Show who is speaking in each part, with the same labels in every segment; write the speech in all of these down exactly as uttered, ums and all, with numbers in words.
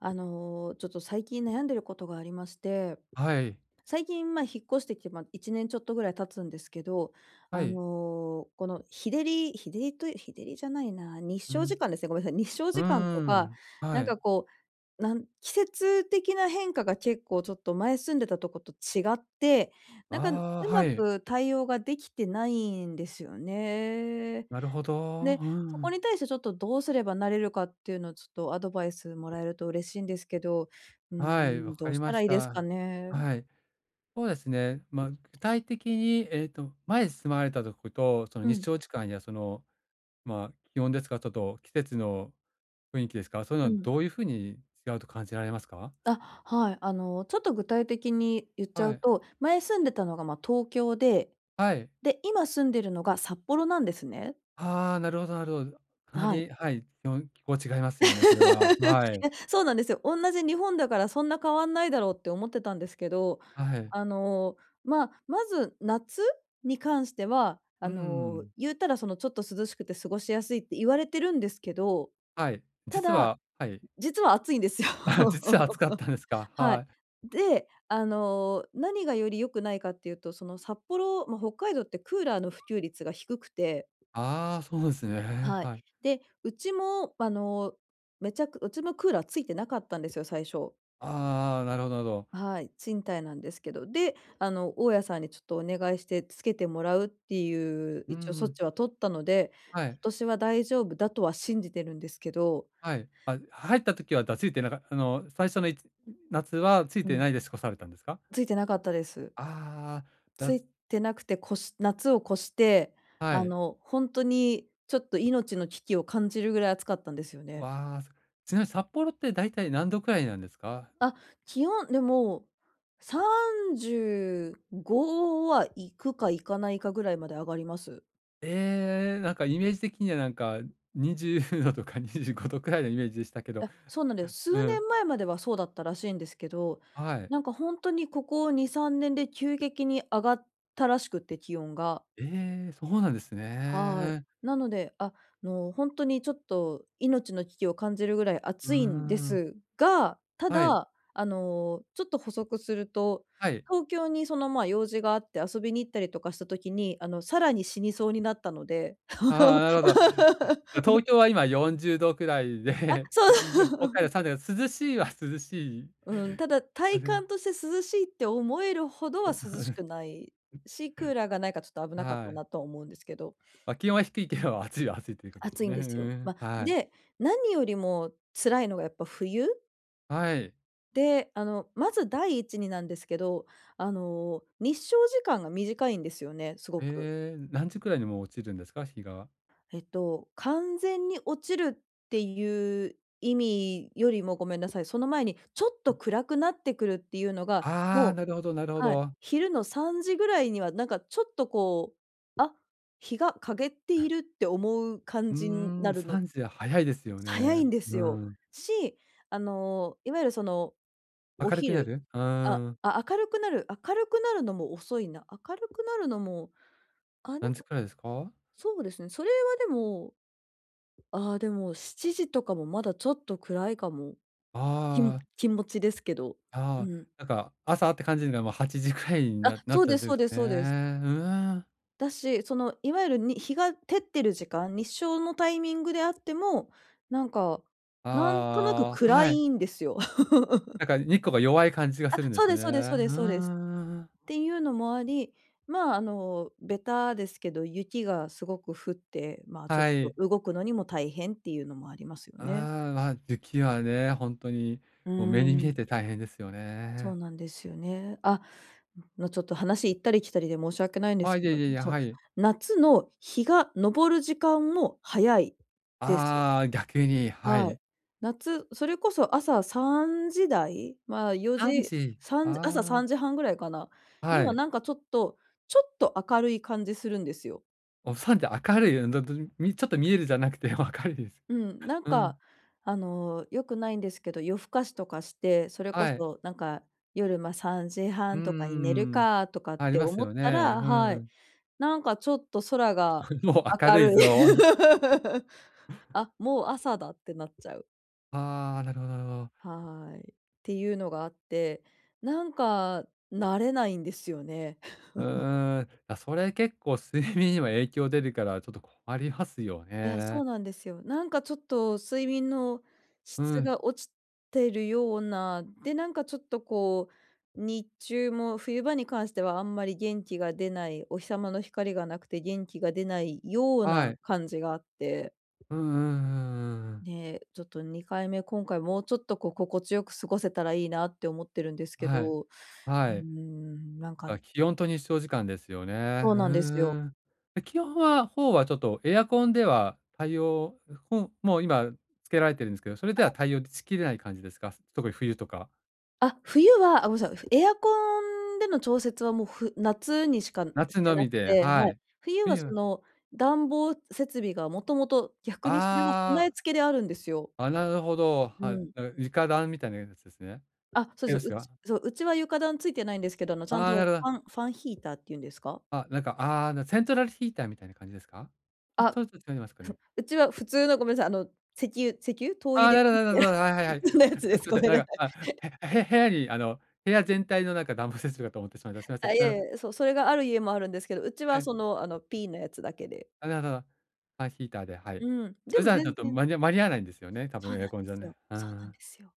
Speaker 1: あの、ちょっと最近悩んでることがありまして、
Speaker 2: はい。
Speaker 1: 最近、まあ、引っ越してきて、まあ、いちねんちょっとぐらい経つんですけど、
Speaker 2: は
Speaker 1: あ
Speaker 2: い。
Speaker 1: の、この日照り日照りという日照りじゃないな、日
Speaker 2: う
Speaker 1: 照時間
Speaker 2: ん。
Speaker 1: ですね、ごめんなさい、日照
Speaker 2: う
Speaker 1: 時間
Speaker 2: ー
Speaker 1: とか、
Speaker 2: ん。
Speaker 1: な
Speaker 2: は
Speaker 1: ん
Speaker 2: い。
Speaker 1: かこう、なん季節的な変化が結構ちょっと前住んでたとこと違って、なんかう
Speaker 2: ああ、
Speaker 1: ま
Speaker 2: はい。
Speaker 1: く対応ができてないんですよね。
Speaker 2: なるほど。う
Speaker 1: で、そこ
Speaker 2: ん。
Speaker 1: に対してちょっとどうすればなれるかっていうのをちょっとアドバイスもらえると嬉しいんですけど、うー
Speaker 2: はい、
Speaker 1: ん、
Speaker 2: わ
Speaker 1: ど
Speaker 2: か
Speaker 1: う
Speaker 2: り
Speaker 1: した
Speaker 2: ま
Speaker 1: ら
Speaker 2: し
Speaker 1: いいですか
Speaker 2: た。
Speaker 1: ね。
Speaker 2: はい。そうですね。ま、あ具体的に、えっと、前住まわれたとことその
Speaker 1: う
Speaker 2: 日
Speaker 1: ん、
Speaker 2: 照時間やその、ま、あ気温ですか、ちょっと季節の雰囲気ですか、そういう
Speaker 1: う
Speaker 2: のは
Speaker 1: ん。
Speaker 2: どういうふうに違うと感じられますか？
Speaker 1: あ、はい。あの、ちょっと具体的に言っちゃ
Speaker 2: は
Speaker 1: う
Speaker 2: い。
Speaker 1: と、前住んでたのが、ま、東京で、
Speaker 2: はい。
Speaker 1: で、今住んでるのが札幌なんですね。
Speaker 2: ああ、なるほどなるほど。かな
Speaker 1: はい。
Speaker 2: り、はい、気温気候違いま すよね、それは。は
Speaker 1: い
Speaker 2: い。
Speaker 1: や、そうなんですよ。おんなじ日本だからそんな変わんないだろうって思ってたんですけど、
Speaker 2: はい。
Speaker 1: あの、まあ、まず夏に関しては、あ
Speaker 2: う
Speaker 1: の、
Speaker 2: ん。
Speaker 1: 言うたらそのちょっと涼しくて過ごしやすいって言われてるんですけど、
Speaker 2: はい。
Speaker 1: た
Speaker 2: 実
Speaker 1: だ、
Speaker 2: ははい。
Speaker 1: 実は暑いんですよ。
Speaker 2: あ、実は暑かったんです か。
Speaker 1: はい。
Speaker 2: はい。
Speaker 1: で、あの、何がより良くないかっていうと、その札幌、まあ、北海道ってクーラーの普及率が低くて、
Speaker 2: ああ、そうなんですね。
Speaker 1: はい。
Speaker 2: はい。
Speaker 1: で、うちもあの、めちゃくうちもクーラーついてなかったんですよ、最初。
Speaker 2: ああ、なるほどなるほど。
Speaker 1: はい、賃貸なんですけど、で、あの、大家さんにちょっとお願いしてつけてもらうっていう
Speaker 2: う
Speaker 1: 一応措
Speaker 2: ん。
Speaker 1: 置は取ったので、
Speaker 2: は
Speaker 1: 今
Speaker 2: い。
Speaker 1: 年は大丈夫だとは信じてるんですけど、
Speaker 2: はい。あ、入った時は、だついてなかあの、最初のいち夏はつい
Speaker 1: う
Speaker 2: て
Speaker 1: ん、
Speaker 2: ないで過ごされたんですか？
Speaker 1: ついてなかったです。
Speaker 2: ああ、
Speaker 1: つ
Speaker 2: だ
Speaker 1: い
Speaker 2: つ
Speaker 1: てなくて、こし夏を越して、
Speaker 2: は
Speaker 1: あ
Speaker 2: い。
Speaker 1: の、ほんとにちょっと命の危機を感じるぐらい暑かったんですよね。
Speaker 2: わあ、そちなみに札幌ってだいたい何度くらいなんですか？
Speaker 1: あ、気温、でも、さんじゅうごは行くか行かないかぐらいまで上がります。
Speaker 2: ええ、なんかイメージ的にはなんかにじゅうどとか にじゅうごどくらいのイメージでしたけど。
Speaker 1: あ、そうなんです。
Speaker 2: う
Speaker 1: 数
Speaker 2: ん。
Speaker 1: 年前まではそうだったらしいんですけど、
Speaker 2: はい。
Speaker 1: なんかほんとにここに、さんねんで急激に上がったらしくって、気温が。
Speaker 2: ええ、そうなんです
Speaker 1: はい。
Speaker 2: ね。
Speaker 1: なので、あの、ほんとにちょっと命の危機を感じるぐらい
Speaker 2: うー
Speaker 1: 暑いんで
Speaker 2: ん。
Speaker 1: すが、た
Speaker 2: はい。
Speaker 1: だ、あの、ちょっと補足すると、
Speaker 2: はい。
Speaker 1: 東京にその、ま、あ用事があって遊びに行ったりとかした時に、あの、さらに死にそうになったので。
Speaker 2: ああ、なるほど。東京は今よんじゅうどくらいで、
Speaker 1: あ、そ
Speaker 2: んで、北
Speaker 1: う。
Speaker 2: 海道さんじゅうど、涼しいは涼しい。
Speaker 1: うん、ただ、
Speaker 2: あ
Speaker 1: 体
Speaker 2: れ、
Speaker 1: 感として涼しいって思えるほどは
Speaker 2: そう、あ
Speaker 1: 涼し
Speaker 2: れ
Speaker 1: くないし、クーラーがないからちょっと危なかっ
Speaker 2: は
Speaker 1: た
Speaker 2: い。
Speaker 1: なとは思うんですけど、
Speaker 2: ま、気温は低いけど、暑いは暑いということです
Speaker 1: 暑
Speaker 2: よ
Speaker 1: いん
Speaker 2: ね。
Speaker 1: です
Speaker 2: う
Speaker 1: よ。ま
Speaker 2: ん、
Speaker 1: あ、
Speaker 2: はい。
Speaker 1: で、何よりも辛いのがやっぱ冬
Speaker 2: はい。
Speaker 1: で、あの、まず第一になんですけど、あの、日照時間が短いんですよね、すごく。
Speaker 2: ええ、何時くらいにもう落ちるんですか？日が。
Speaker 1: えっと、完全に落ちるっていう意味よりもごめんなさい、その前にちょっと暗くなってくるっていうのが、
Speaker 2: ああ、
Speaker 1: もう
Speaker 2: なるほどなるほ
Speaker 1: はい、
Speaker 2: ど。
Speaker 1: 昼のさんじぐらいにはなんかちょっとこう、あ、日が陰っているって思う感
Speaker 2: う
Speaker 1: じに
Speaker 2: ー
Speaker 1: な
Speaker 2: ん、
Speaker 1: るの
Speaker 2: さんじは早いですよ
Speaker 1: 早いん
Speaker 2: ね。
Speaker 1: です
Speaker 2: う
Speaker 1: よ。
Speaker 2: ん。
Speaker 1: し、あの、いわゆるその、お
Speaker 2: 明るくな
Speaker 1: 昼、
Speaker 2: る？う
Speaker 1: あ
Speaker 2: ーん。
Speaker 1: あ、明るくなる明るくなるのも遅いな。明るくなるのも、あ、で
Speaker 2: 何時
Speaker 1: も、
Speaker 2: くらいですか？
Speaker 1: そうですね、それはでも、ああ、でもしちじとかもまだちょっと暗いかも。き
Speaker 2: ああ、
Speaker 1: 気持ちですけど。う
Speaker 2: ああ、
Speaker 1: ん。
Speaker 2: なんか朝って感じがもうはちじくらいに
Speaker 1: あ、
Speaker 2: ななっ
Speaker 1: そう
Speaker 2: ちゃう
Speaker 1: で
Speaker 2: ん
Speaker 1: す
Speaker 2: で
Speaker 1: そう
Speaker 2: す
Speaker 1: です
Speaker 2: ね。う
Speaker 1: そうです。
Speaker 2: ーん。
Speaker 1: だし、その、いわゆるに日が照ってる時間、日照のタイミングであっても、なんか、なんとなく
Speaker 2: ああ、
Speaker 1: 暗
Speaker 2: はい。
Speaker 1: いんですよ。
Speaker 2: なんか日光が弱い感じが
Speaker 1: あ、
Speaker 2: するんで
Speaker 1: そう
Speaker 2: す
Speaker 1: です
Speaker 2: ね。う
Speaker 1: そうですそうですそうです。
Speaker 2: んん
Speaker 1: っていうのもあり、まあ、あの、ベタですけど、雪がすごく降って、まあ、ちょっ
Speaker 2: は
Speaker 1: と
Speaker 2: い。
Speaker 1: 動くのにも大変っていうのもありますよね。
Speaker 2: ああ、まあ、雪はね、ほんとに、
Speaker 1: うー
Speaker 2: もう目に見え
Speaker 1: ん、
Speaker 2: て大変ですよ
Speaker 1: そう
Speaker 2: ね。
Speaker 1: なんですよね。あ、の、ちょっと話行ったり来たりで申し訳ないんで
Speaker 2: あ、
Speaker 1: すけ
Speaker 2: いえ
Speaker 1: ど、
Speaker 2: いやいや
Speaker 1: そう、
Speaker 2: はい。
Speaker 1: 夏の日が昇る時間も早いです。
Speaker 2: ああ、逆に、は
Speaker 1: はい。
Speaker 2: い。
Speaker 1: 夏、それこそ朝さんじ台、まあ、4
Speaker 2: 3
Speaker 1: 時、
Speaker 2: 時、
Speaker 1: 3朝
Speaker 2: あ
Speaker 1: さんじはんぐらいかな、
Speaker 2: あ、
Speaker 1: に
Speaker 2: は
Speaker 1: は
Speaker 2: い。
Speaker 1: なんかちょっとちょっと明るい感じするんですよ。
Speaker 2: お、さんじ明るい、うん、どどみちょっと見えるじゃなくて明 るいです。
Speaker 1: うん、なん
Speaker 2: う
Speaker 1: か、
Speaker 2: ん、
Speaker 1: あの、良くないんですけど、夜更かしとかして、それこ
Speaker 2: はい。
Speaker 1: そなんか夜、まあ、3時
Speaker 2: う
Speaker 1: 半とかに寝る
Speaker 2: んん。
Speaker 1: かとかっ
Speaker 2: あり
Speaker 1: て
Speaker 2: ます
Speaker 1: 思っ
Speaker 2: よ
Speaker 1: た
Speaker 2: ね。
Speaker 1: ら
Speaker 2: う
Speaker 1: はい、
Speaker 2: ん。
Speaker 1: なんかちょっと空が
Speaker 2: もう明
Speaker 1: 明
Speaker 2: るい
Speaker 1: るい。
Speaker 2: ぞ。
Speaker 1: あ、もう朝だってなっちゃう。
Speaker 2: ああ、なるほどなるほど。
Speaker 1: はーい。っていうのがあって、なんか慣れないんですよね。
Speaker 2: うーん、あ、それ結構睡眠にも影響出るからちょっと困りますよ
Speaker 1: いや、そう
Speaker 2: ね。
Speaker 1: なんですよ。なんかちょっと睡眠の
Speaker 2: う
Speaker 1: 質
Speaker 2: ん、
Speaker 1: が落ちてるような、で、なんかちょっとこう、日中も冬場に関してはあんまり元気が出ない、お日様の光がなくて元気が出ないよう
Speaker 2: は
Speaker 1: な
Speaker 2: い。
Speaker 1: 感じがあって、
Speaker 2: うんうんうんうんうん。
Speaker 1: ね、ちょっとにかいめ、今回もうちょっとこう心地よく過ごせたらいいなって思ってるんですけ
Speaker 2: はい、
Speaker 1: ど、う
Speaker 2: は
Speaker 1: ー
Speaker 2: い。
Speaker 1: ん、なんか
Speaker 2: あ、気温と日照時間ですよね。う
Speaker 1: そうなんですよ。
Speaker 2: ーん。で、気温は方はちょっとエアコンでは対応ほんもう今つけられてるんですけど、それでは対応しきれない感じですか？特に冬とか。
Speaker 1: あ、冬は、あ、ごめんなさい、エアコンでの調節はもう、ふ夏にしかし
Speaker 2: 夏
Speaker 1: て
Speaker 2: の
Speaker 1: な
Speaker 2: み
Speaker 1: く
Speaker 2: で、
Speaker 1: て、
Speaker 2: は
Speaker 1: はい。
Speaker 2: い。
Speaker 1: 冬は
Speaker 2: 冬
Speaker 1: そ
Speaker 2: は、
Speaker 1: の、暖房設備がもともと逆にそれは
Speaker 2: あ
Speaker 1: 備え付けであるんですよ。
Speaker 2: あ、あ、なるほど。
Speaker 1: う
Speaker 2: はい、
Speaker 1: ん。
Speaker 2: なんか床暖みたいなやつですね。
Speaker 1: あ、そう
Speaker 2: え、
Speaker 1: で
Speaker 2: で
Speaker 1: す
Speaker 2: す
Speaker 1: う
Speaker 2: か？
Speaker 1: ちそう、うちは床暖ついてないんですけど、あの、ちゃん
Speaker 2: ああ、な
Speaker 1: と
Speaker 2: るほ
Speaker 1: ファ
Speaker 2: ど。
Speaker 1: ンファンヒーターっていうんですか？
Speaker 2: あ、なんか、ああ、な、セントラルヒーターみたいな感じですか？ち
Speaker 1: あ、
Speaker 2: ょっと違いますかね。
Speaker 1: うちは普通のごめんなさい、あの、石油石油？灯
Speaker 2: あ
Speaker 1: 油
Speaker 2: あ、
Speaker 1: で
Speaker 2: なるほ
Speaker 1: ピッ
Speaker 2: どな
Speaker 1: て
Speaker 2: る
Speaker 1: や
Speaker 2: ほ
Speaker 1: る
Speaker 2: ど、はいはいはい。
Speaker 1: 普通のやつで
Speaker 2: あ、す
Speaker 1: す。
Speaker 2: いま
Speaker 1: ご
Speaker 2: せん、
Speaker 1: めん
Speaker 2: な
Speaker 1: なさ
Speaker 2: んか、あ、
Speaker 1: い。
Speaker 2: へへ部屋にあの、部屋全体のなんか暖房設備かと思ってしまいました。すい
Speaker 1: あ、
Speaker 2: ま
Speaker 1: い
Speaker 2: せ
Speaker 1: や
Speaker 2: ん。な
Speaker 1: い
Speaker 2: る
Speaker 1: や、そう、それがある家もあるんですけど、うち
Speaker 2: は
Speaker 1: は
Speaker 2: い。
Speaker 1: その、あの、ピーのやつだけで。
Speaker 2: あ、なるほど。あ、ヒーターで、はい。
Speaker 1: うん、
Speaker 2: そ
Speaker 1: で
Speaker 2: れ
Speaker 1: も
Speaker 2: じゃあちょ
Speaker 1: 全
Speaker 2: っと
Speaker 1: 然
Speaker 2: 間に間に合わないんですよね、多
Speaker 1: そう
Speaker 2: 分
Speaker 1: なん
Speaker 2: エ
Speaker 1: で
Speaker 2: アコンじゃ
Speaker 1: す
Speaker 2: ね。
Speaker 1: よ。
Speaker 2: う
Speaker 1: そうなん
Speaker 2: ん。
Speaker 1: ですよ。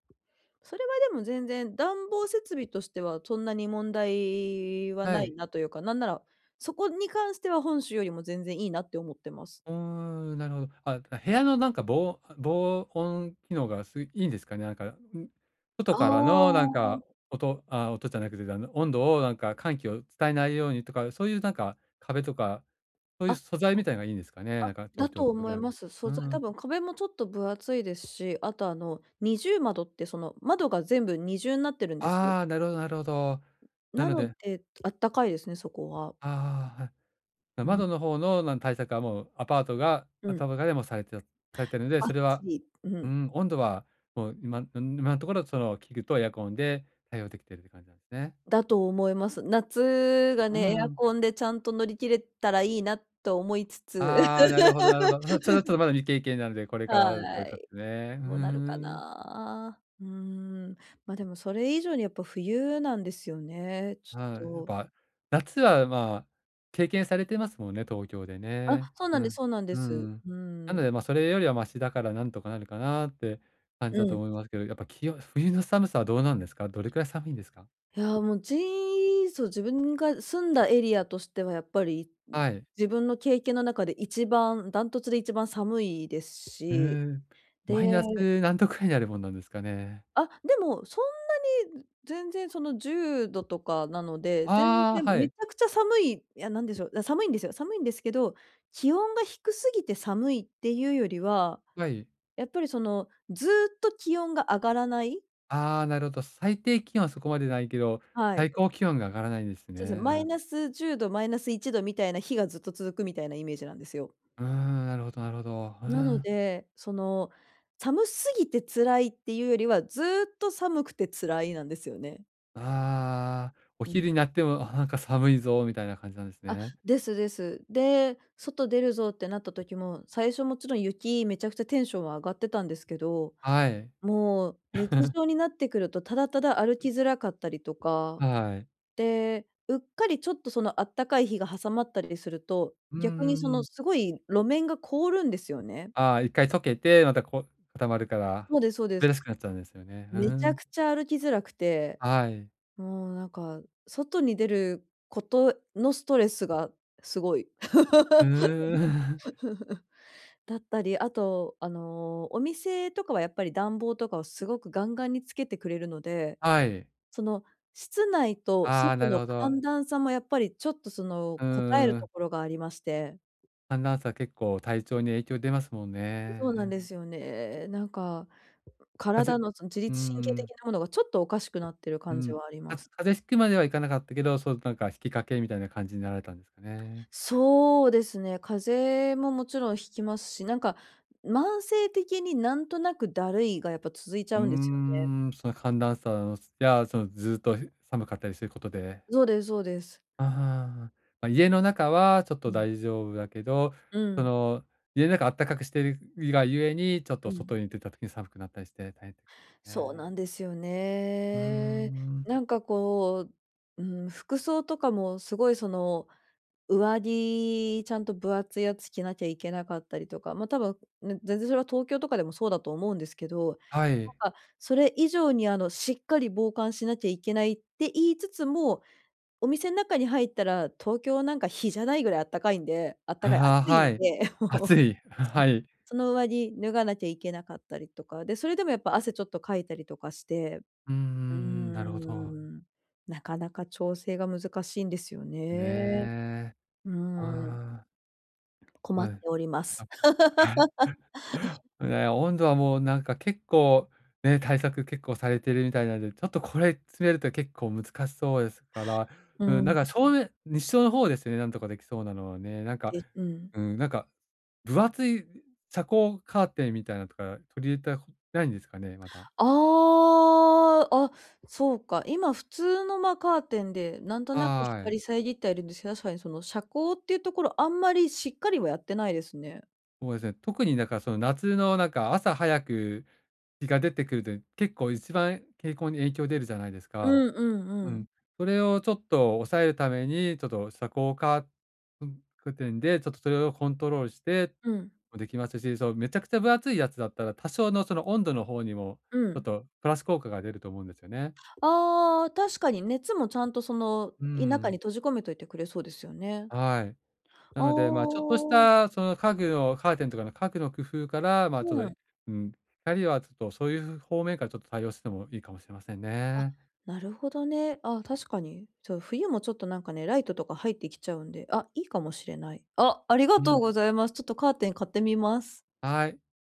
Speaker 1: それはでも全然暖房設備としてはそんなに問題は
Speaker 2: は
Speaker 1: ない
Speaker 2: い。
Speaker 1: なというか、なんなら、そこに関しては本州よりも全然いいなって思ってます。
Speaker 2: うーん、なるほど。あ、部屋のなんか防防音機能がすいいんですかね？なんか、ん、外
Speaker 1: あ
Speaker 2: からのなんか
Speaker 1: あ。
Speaker 2: 音、あ、音じゃなくて、あの、温度をなんか寒気を伝えないようにとか、そういうなんか壁とか、そういう
Speaker 1: あ、
Speaker 2: 素材みたいのがいいんですかね？
Speaker 1: あ、
Speaker 2: なんか
Speaker 1: だ
Speaker 2: 東
Speaker 1: と
Speaker 2: 京と比
Speaker 1: 思い
Speaker 2: べて。
Speaker 1: ます。
Speaker 2: う
Speaker 1: 素材多
Speaker 2: ん。
Speaker 1: 分壁もちょっと分厚いですし、あとあの二重窓ってその窓が全部二重になってるんですよ。
Speaker 2: ああ、なるほどなるほど。な
Speaker 1: な
Speaker 2: の
Speaker 1: の
Speaker 2: で、
Speaker 1: で、あったかいですね、そこは。
Speaker 2: ああ、はい。
Speaker 1: うん、
Speaker 2: 窓の方の、なん対策はもうアパートが
Speaker 1: うん、
Speaker 2: 頭がでもされてされてるので、
Speaker 1: ばっ
Speaker 2: それは、
Speaker 1: う
Speaker 2: う
Speaker 1: ん。
Speaker 2: ん、温度はもう今今のところその器具とエアコンで対応できてるって感じなんですね。
Speaker 1: だと思います。夏が
Speaker 2: う
Speaker 1: ね、エ
Speaker 2: んう
Speaker 1: ア
Speaker 2: ん。
Speaker 1: コンでちゃんと乗り切れたらいいなと思いつつ、
Speaker 2: ああ、なるほどなるほど。そ、それはちょっとまだ未経験なので、これからと
Speaker 1: は
Speaker 2: いうか
Speaker 1: い、
Speaker 2: ね。うー
Speaker 1: どうなるか
Speaker 2: ん。
Speaker 1: な。うーん、ま、でもそれ以上にやっぱ冬なんですよね、ち
Speaker 2: はい、やっ
Speaker 1: ょっと。
Speaker 2: ぱ、夏は、まあ、経験されてますもんね、東京で
Speaker 1: あ、
Speaker 2: ね。
Speaker 1: そうな
Speaker 2: う
Speaker 1: んです
Speaker 2: ん。
Speaker 1: そうなんで
Speaker 2: う
Speaker 1: す。
Speaker 2: ん。
Speaker 1: う
Speaker 2: な
Speaker 1: ん、
Speaker 2: ので、ま、それよりはマシだからなんとかなるかなって感
Speaker 1: う
Speaker 2: じだと
Speaker 1: ん。
Speaker 2: 思いますけど、やっぱ気温、冬の寒さはどうなんですか？どれくらい寒いんですか？
Speaker 1: いやー、もうじそう、自分が住んだエリアとしてはやっぱり、
Speaker 2: はい。
Speaker 1: 自分の経験の中で一番ダントツで一番寒いです
Speaker 2: う
Speaker 1: し、
Speaker 2: ん。マイ
Speaker 1: で、
Speaker 2: ナス何度くらいになるもんなんですかね？
Speaker 1: あ、でも、そんなに全然そのじゅうどとかなので、全
Speaker 2: あ
Speaker 1: 然
Speaker 2: あ、は
Speaker 1: めち
Speaker 2: い。
Speaker 1: ゃくちゃ寒い、いや、なんでしょう、あ、寒いんですよ。寒いんですけど、気温が低すぎて寒いっていうよりは、
Speaker 2: はい。
Speaker 1: やっぱりその、ずっと気温が上がらない
Speaker 2: ああ、なるほど。最低気温はそこまでないけど、
Speaker 1: はい。
Speaker 2: 最高気温が上がらないんです
Speaker 1: そうですね、
Speaker 2: ね。
Speaker 1: マ
Speaker 2: な
Speaker 1: イ
Speaker 2: る
Speaker 1: ナスじゅうど、マイナスいちどみたいな日がずっと続くみたいなイメージなんですよ。
Speaker 2: うーん、なるほどなるほど。う
Speaker 1: なの
Speaker 2: ん。
Speaker 1: で、その、寒すぎて辛いっていうよりは、ずっと寒くて辛いなんですよね。
Speaker 2: ああ、お
Speaker 1: うん。
Speaker 2: 昼になっても、あ、なんか寒いぞみたいな感じなんです
Speaker 1: あ、
Speaker 2: ね。
Speaker 1: ですです。で、外出るぞってなった時も、最初もちろん雪めちゃくちゃテンションは上がってたんですけど、
Speaker 2: はい。
Speaker 1: もう日 常になってくるとただただ歩きづらかったりとか、
Speaker 2: はい。
Speaker 1: で、うっかりちょっとそのあったかい日が挟まったりすると、
Speaker 2: うんう
Speaker 1: 逆にそ
Speaker 2: んう
Speaker 1: の
Speaker 2: ん。
Speaker 1: すごい路面が凍るんですよね。
Speaker 2: ああ、一回溶けて、またこう固まるから、
Speaker 1: そうですそうです。
Speaker 2: 滑らしくなっちゃうんですよね。うー
Speaker 1: めちゃく
Speaker 2: ん。
Speaker 1: ちゃ歩きづらくて、
Speaker 2: はい。
Speaker 1: もうなんか、外に出ることのストレスがすごい。
Speaker 2: うーん。
Speaker 1: だったり、あと、あの、お店とかはやっぱり暖房とかをすごくガンガンにつけてくれるので、
Speaker 2: はい。
Speaker 1: その、室内と
Speaker 2: ああ、
Speaker 1: 外
Speaker 2: なる
Speaker 1: の
Speaker 2: ほど。
Speaker 1: 寒暖差もやっぱりちょっとその、
Speaker 2: う
Speaker 1: 答える
Speaker 2: ん
Speaker 1: と
Speaker 2: ん
Speaker 1: ころがありまして。
Speaker 2: 寒暖差結構体調に影響出ますもん
Speaker 1: そうなん
Speaker 2: ね。
Speaker 1: ですよね。なんか、
Speaker 2: 風
Speaker 1: 体
Speaker 2: 邪
Speaker 1: のその自
Speaker 2: うん
Speaker 1: 律神経
Speaker 2: う
Speaker 1: 的
Speaker 2: ん。
Speaker 1: なものがちょっとおかしくなってる
Speaker 2: う
Speaker 1: 感じ
Speaker 2: ん。
Speaker 1: はありま
Speaker 2: か
Speaker 1: す。
Speaker 2: 風邪引くまではいかなかったけど、そう、なんか引きかけみたいな感じになられたんですかね。
Speaker 1: そうですね、風邪ももちろんひきますし、なんか、慢性的になんとなくだるいがやっぱ続いちゃ
Speaker 2: うー
Speaker 1: うんですよね。
Speaker 2: ん、その寒暖差のや、そのずっと寒かったりすることで、
Speaker 1: そうですそうです。
Speaker 2: ああ、まあ、家の中はちょっ
Speaker 1: う
Speaker 2: と
Speaker 1: ん。
Speaker 2: 大丈夫だけど、
Speaker 1: う
Speaker 2: そ
Speaker 1: ん。
Speaker 2: の、家の中あったかくしてるがゆえに、ちょっ
Speaker 1: う
Speaker 2: と
Speaker 1: ん。
Speaker 2: 外に出た時に寒くなったりして大変です
Speaker 1: そうな
Speaker 2: ね。
Speaker 1: んですようん
Speaker 2: うー
Speaker 1: ね。
Speaker 2: ん、
Speaker 1: なんかこう、うん、服装とかもすごいその、上着ちゃんと分厚いやつ着なきゃいけなかったりとか、ま、多分、ね、全然それは東京とかでもそうだと思うんですけど、
Speaker 2: は
Speaker 1: なん
Speaker 2: い。
Speaker 1: かそれ以上にあの、しっかり防寒しなきゃいけないって言いつつも、お店の中に入ったら、東京なんか日じゃないぐらいあったかいんであったかい、
Speaker 2: あ
Speaker 1: 暑
Speaker 2: あ、
Speaker 1: いん
Speaker 2: はい。
Speaker 1: で、
Speaker 2: 暑い、はい。
Speaker 1: その上着脱がなきゃいけなかったりとか、で、それでもやっぱ汗ちょっとかいたりとかして
Speaker 2: う
Speaker 1: うー
Speaker 2: んんなるほど。
Speaker 1: ん。なかなか調整が難しいんですよ
Speaker 2: ね
Speaker 1: ね。
Speaker 2: え。
Speaker 1: うーん、
Speaker 2: ああ、
Speaker 1: 困
Speaker 2: は
Speaker 1: ってお
Speaker 2: い。
Speaker 1: ります。
Speaker 2: ね、温度はもうなんか結構、ね、対策結構されてるみたいなんで、ちょっとこれ詰めると結構難しそうですから、
Speaker 1: う
Speaker 2: うん、なん
Speaker 1: ん、
Speaker 2: か正面日照の方ですね、なんとかできそうなのはね。なんか、
Speaker 1: で、うん。
Speaker 2: うん、なんか、分厚い遮光カーテンみたいなのとか取り入れたことないんですかね、また。
Speaker 1: ああ、あ、そうか。今普通の、ま、カーテンでなんとなく
Speaker 2: はい。
Speaker 1: 光遮ってはいるんですけど、確かにその遮光っていうところあんまりしっかりはやってないですね。
Speaker 2: そうですね。特になんかその夏のなんか朝早く日が出てくると、結構一番健康に影響出るじゃないです
Speaker 1: う
Speaker 2: か。
Speaker 1: んうん
Speaker 2: う
Speaker 1: うん。
Speaker 2: ん。それをちょっと抑えるために、ちょっと遮光カーテンで、ちょっとそれをコントロールして
Speaker 1: うん、
Speaker 2: もできますし、そう、めちゃくちゃ分厚いやつだったら、多少のその温度の方にも、
Speaker 1: う
Speaker 2: ちょっ
Speaker 1: ん。
Speaker 2: とプラス効果が出ると思うんですよね。
Speaker 1: ああ、確かに熱もちゃんとその、
Speaker 2: う
Speaker 1: い中
Speaker 2: ん。
Speaker 1: に閉じ込めといてくれそうですよね。
Speaker 2: はい。
Speaker 1: あ
Speaker 2: なので、まあ、ちょっ
Speaker 1: あ、
Speaker 2: としたその家具のカーテンとかの家具の工夫から、まあ、ちょ
Speaker 1: う
Speaker 2: っ
Speaker 1: ん。
Speaker 2: と、うん、光はちょっとそういう方面からちょっと対応してもいいかもしれません
Speaker 1: あ、
Speaker 2: ね。
Speaker 1: なるほどね。あ、確かに。そう、冬もちょっとなんかね、ライトとか入ってきちゃうんで、あ、いいかもしれない。あ、ありが
Speaker 2: う
Speaker 1: とう
Speaker 2: ん。
Speaker 1: ございます。ちょっとカーテン買ってみます。
Speaker 2: はい。